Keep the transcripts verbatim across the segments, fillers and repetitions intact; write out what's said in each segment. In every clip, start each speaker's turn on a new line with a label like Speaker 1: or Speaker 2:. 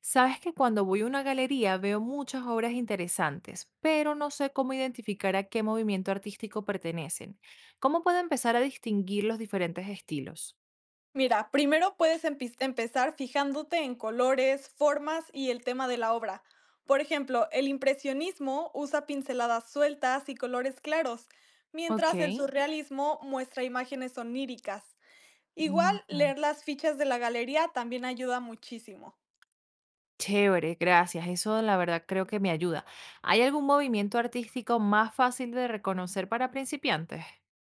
Speaker 1: Sabes que cuando voy a una galería veo muchas obras interesantes, pero no sé cómo identificar a qué movimiento artístico pertenecen. ¿Cómo puedo empezar a distinguir los diferentes estilos?
Speaker 2: Mira, primero puedes empi- empezar fijándote en colores, formas y el tema de la obra. Por ejemplo, el impresionismo usa pinceladas sueltas y colores claros, mientras el
Speaker 1: Ok.
Speaker 2: surrealismo muestra imágenes oníricas. Igual,
Speaker 1: Ujú.
Speaker 2: leer las fichas de la galería también ayuda muchísimo.
Speaker 1: Chévere, gracias. Eso la verdad creo que me ayuda. ¿Hay algún movimiento artístico más fácil de reconocer para principiantes?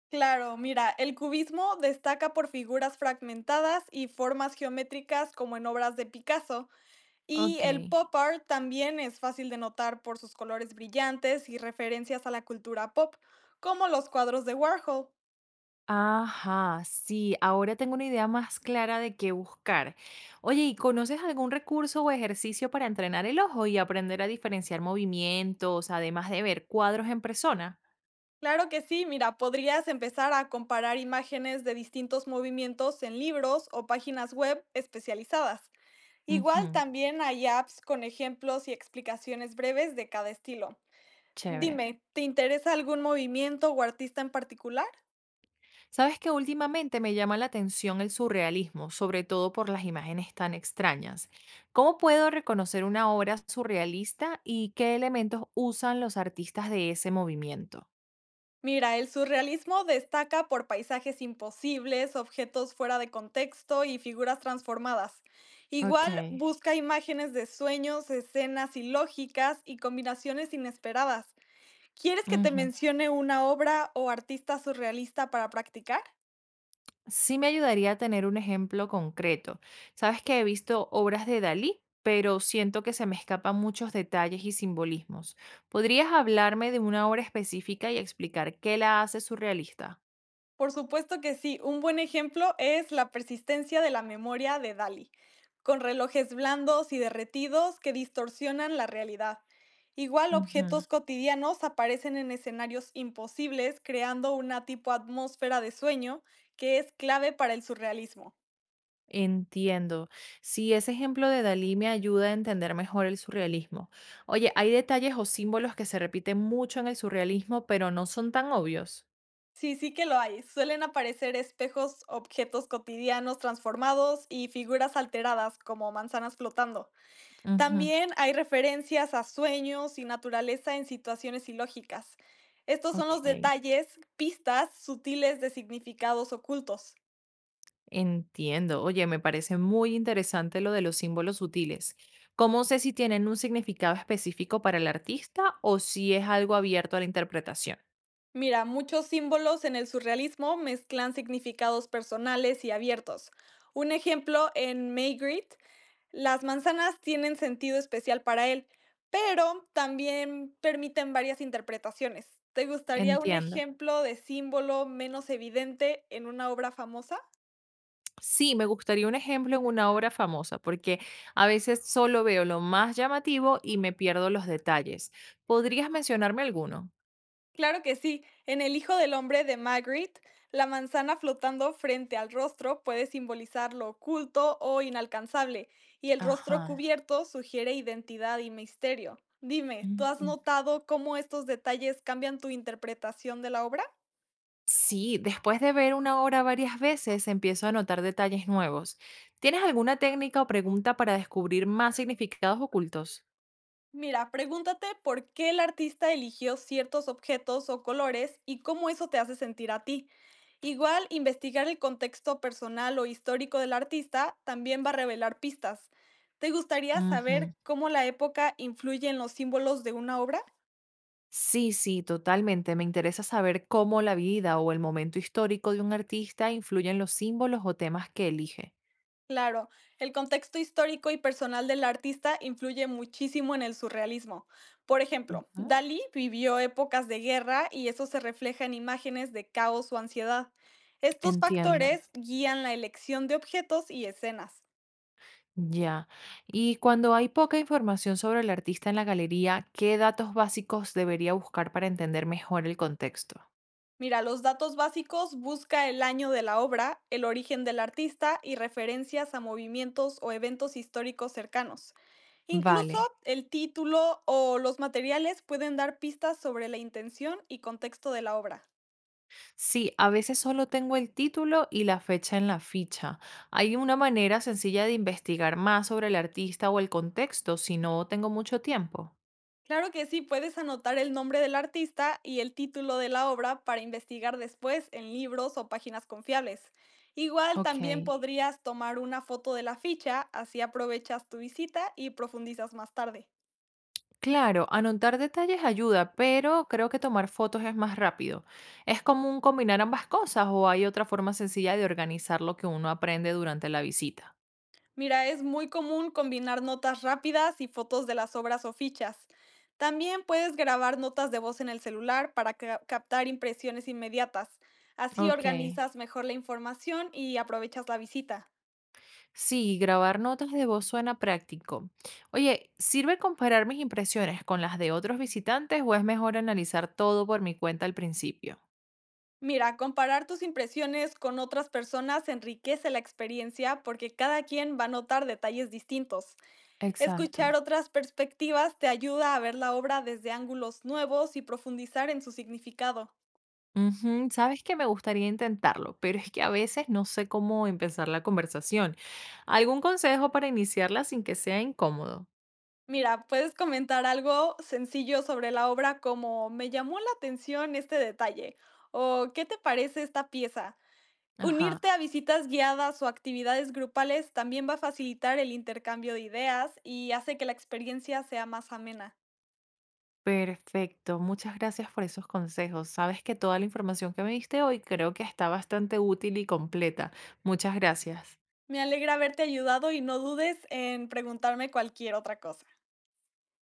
Speaker 2: Claro, mira, el cubismo destaca por figuras fragmentadas y formas geométricas como en obras de Picasso, y
Speaker 1: Ok.
Speaker 2: el pop art también es fácil de notar por sus colores brillantes y referencias a la cultura pop, como los cuadros de Warhol.
Speaker 1: Ajá, sí, ahora tengo una idea más clara de qué buscar. Oye, ¿y conoces algún recurso o ejercicio para entrenar el ojo y aprender a diferenciar movimientos, además de ver cuadros en persona?
Speaker 2: Claro que sí, mira, podrías empezar a comparar imágenes de distintos movimientos en libros o páginas web especializadas. Igual
Speaker 1: Ujú,
Speaker 2: también hay apps con ejemplos y explicaciones breves de cada estilo.
Speaker 1: chévere.
Speaker 2: Dime, ¿te interesa algún movimiento o artista en particular?
Speaker 1: Sabes que últimamente me llama la atención el surrealismo, sobre todo por las imágenes tan extrañas. ¿Cómo puedo reconocer una obra surrealista y qué elementos usan los artistas de ese movimiento?
Speaker 2: Mira, el surrealismo destaca por paisajes imposibles, objetos fuera de contexto y figuras transformadas.
Speaker 1: Ok.
Speaker 2: Igual busca imágenes de sueños, escenas ilógicas y combinaciones inesperadas. ¿Quieres que te
Speaker 1: Ujú.
Speaker 2: mencione una obra o artista surrealista para practicar?
Speaker 1: Sí me ayudaría a tener un ejemplo concreto. Sabes que he visto obras de Dalí, pero siento que se me escapan muchos detalles y simbolismos. ¿Podrías hablarme de una obra específica y explicar qué la hace surrealista?
Speaker 2: Por supuesto que sí. Un buen ejemplo es la persistencia de la memoria de Dalí, con relojes blandos y derretidos que distorsionan la realidad. Igual
Speaker 1: Ujú.
Speaker 2: objetos cotidianos aparecen en escenarios imposibles, creando una tipo atmósfera de sueño que es clave para el surrealismo.
Speaker 1: Entiendo. Sí, ese ejemplo de Dalí me ayuda a entender mejor el surrealismo. Oye, hay detalles o símbolos que se repiten mucho en el surrealismo, pero no son tan obvios.
Speaker 2: Sí, sí que lo hay. Suelen aparecer espejos, objetos cotidianos transformados y figuras alteradas como manzanas flotando.
Speaker 1: Ujú.
Speaker 2: También hay referencias a sueños y naturaleza en situaciones ilógicas. Estos son
Speaker 1: Ok.
Speaker 2: los detalles, pistas sutiles de significados ocultos.
Speaker 1: Entiendo. Oye, me parece muy interesante lo de los símbolos sutiles. ¿Cómo sé si tienen un significado específico para el artista o si es algo abierto a la interpretación?
Speaker 2: Mira, muchos símbolos en el surrealismo mezclan significados personales y abiertos. Un ejemplo en Maygrit, las manzanas tienen sentido especial para él, pero también permiten varias interpretaciones. ¿Te gustaría un
Speaker 1: Entiendo.
Speaker 2: ejemplo de símbolo menos evidente en una obra famosa?
Speaker 1: Sí, me gustaría un ejemplo en una obra famosa, porque a veces solo veo lo más llamativo y me pierdo los detalles. ¿Podrías mencionarme alguno?
Speaker 2: Claro que sí. En El Hijo del Hombre de Magritte, la manzana flotando frente al rostro puede simbolizar lo oculto o inalcanzable, y el
Speaker 1: Ajá.
Speaker 2: rostro cubierto sugiere identidad y misterio. Dime, ¿tú has notado cómo estos detalles cambian tu interpretación de la obra?
Speaker 1: Sí, después de ver una obra varias veces, empiezo a notar detalles nuevos. ¿Tienes alguna técnica o pregunta para descubrir más significados ocultos?
Speaker 2: Mira, pregúntate por qué el artista eligió ciertos objetos o colores y cómo eso te hace sentir a ti. Igual, investigar el contexto personal o histórico del artista también va a revelar pistas. ¿Te gustaría
Speaker 1: Ujú.
Speaker 2: saber cómo la época influye en los símbolos de una obra?
Speaker 1: Sí, sí, totalmente. Me interesa saber cómo la vida o el momento histórico de un artista influye en los símbolos o temas que elige.
Speaker 2: Claro, el contexto histórico y personal del artista influye muchísimo en el surrealismo. Por ejemplo,
Speaker 1: Ujú.
Speaker 2: Dalí vivió épocas de guerra y eso se refleja en imágenes de caos o ansiedad. Estos
Speaker 1: Entiendo.
Speaker 2: factores guían la elección de objetos y escenas.
Speaker 1: Ya. Y cuando hay poca información sobre el artista en la galería, ¿qué datos básicos debería buscar para entender mejor el contexto?
Speaker 2: Mira, los datos básicos, busca el año de la obra, el origen del artista y referencias a movimientos o eventos históricos cercanos.
Speaker 1: Vale.
Speaker 2: Incluso el título o los materiales pueden dar pistas sobre la intención y contexto de la obra.
Speaker 1: Sí, a veces solo tengo el título y la fecha en la ficha. Hay una manera sencilla de investigar más sobre el artista o el contexto si no tengo mucho tiempo.
Speaker 2: Claro que sí, puedes anotar el nombre del artista y el título de la obra para investigar después en libros o páginas confiables. Igual
Speaker 1: Ok.
Speaker 2: también podrías tomar una foto de la ficha, así aprovechas tu visita y profundizas más tarde.
Speaker 1: Claro, anotar detalles ayuda, pero creo que tomar fotos es más rápido. ¿Es común combinar ambas cosas o hay otra forma sencilla de organizar lo que uno aprende durante la visita?
Speaker 2: Mira, es muy común combinar notas rápidas y fotos de las obras o fichas. También puedes grabar notas de voz en el celular para ca- captar impresiones inmediatas. Así, Ok,
Speaker 1: Ok.
Speaker 2: organizas mejor la información y aprovechas la visita.
Speaker 1: Sí, grabar notas de voz suena práctico. Oye, ¿sirve comparar mis impresiones con las de otros visitantes o es mejor analizar todo por mi cuenta al principio?
Speaker 2: Mira, comparar tus impresiones con otras personas enriquece la experiencia porque cada quien va a notar detalles distintos. Escuchar
Speaker 1: Exacto.
Speaker 2: otras perspectivas te ayuda a ver la obra desde ángulos nuevos y profundizar en su significado.
Speaker 1: Ujú. Sabes que me gustaría intentarlo, pero es que a veces no sé cómo empezar la conversación. ¿Algún consejo para iniciarla sin que sea incómodo?
Speaker 2: Mira, puedes comentar algo sencillo sobre la obra como "me llamó la atención este detalle" o "¿qué te parece esta pieza?".
Speaker 1: Ajá,
Speaker 2: Unirte a visitas guiadas o actividades grupales también va a facilitar el intercambio de ideas y hace que la experiencia sea más amena.
Speaker 1: perfecto. Muchas gracias por esos consejos. Sabes que toda la información que me diste hoy creo que está bastante útil y completa. Muchas gracias.
Speaker 2: Me alegra haberte ayudado y no dudes en preguntarme cualquier otra cosa.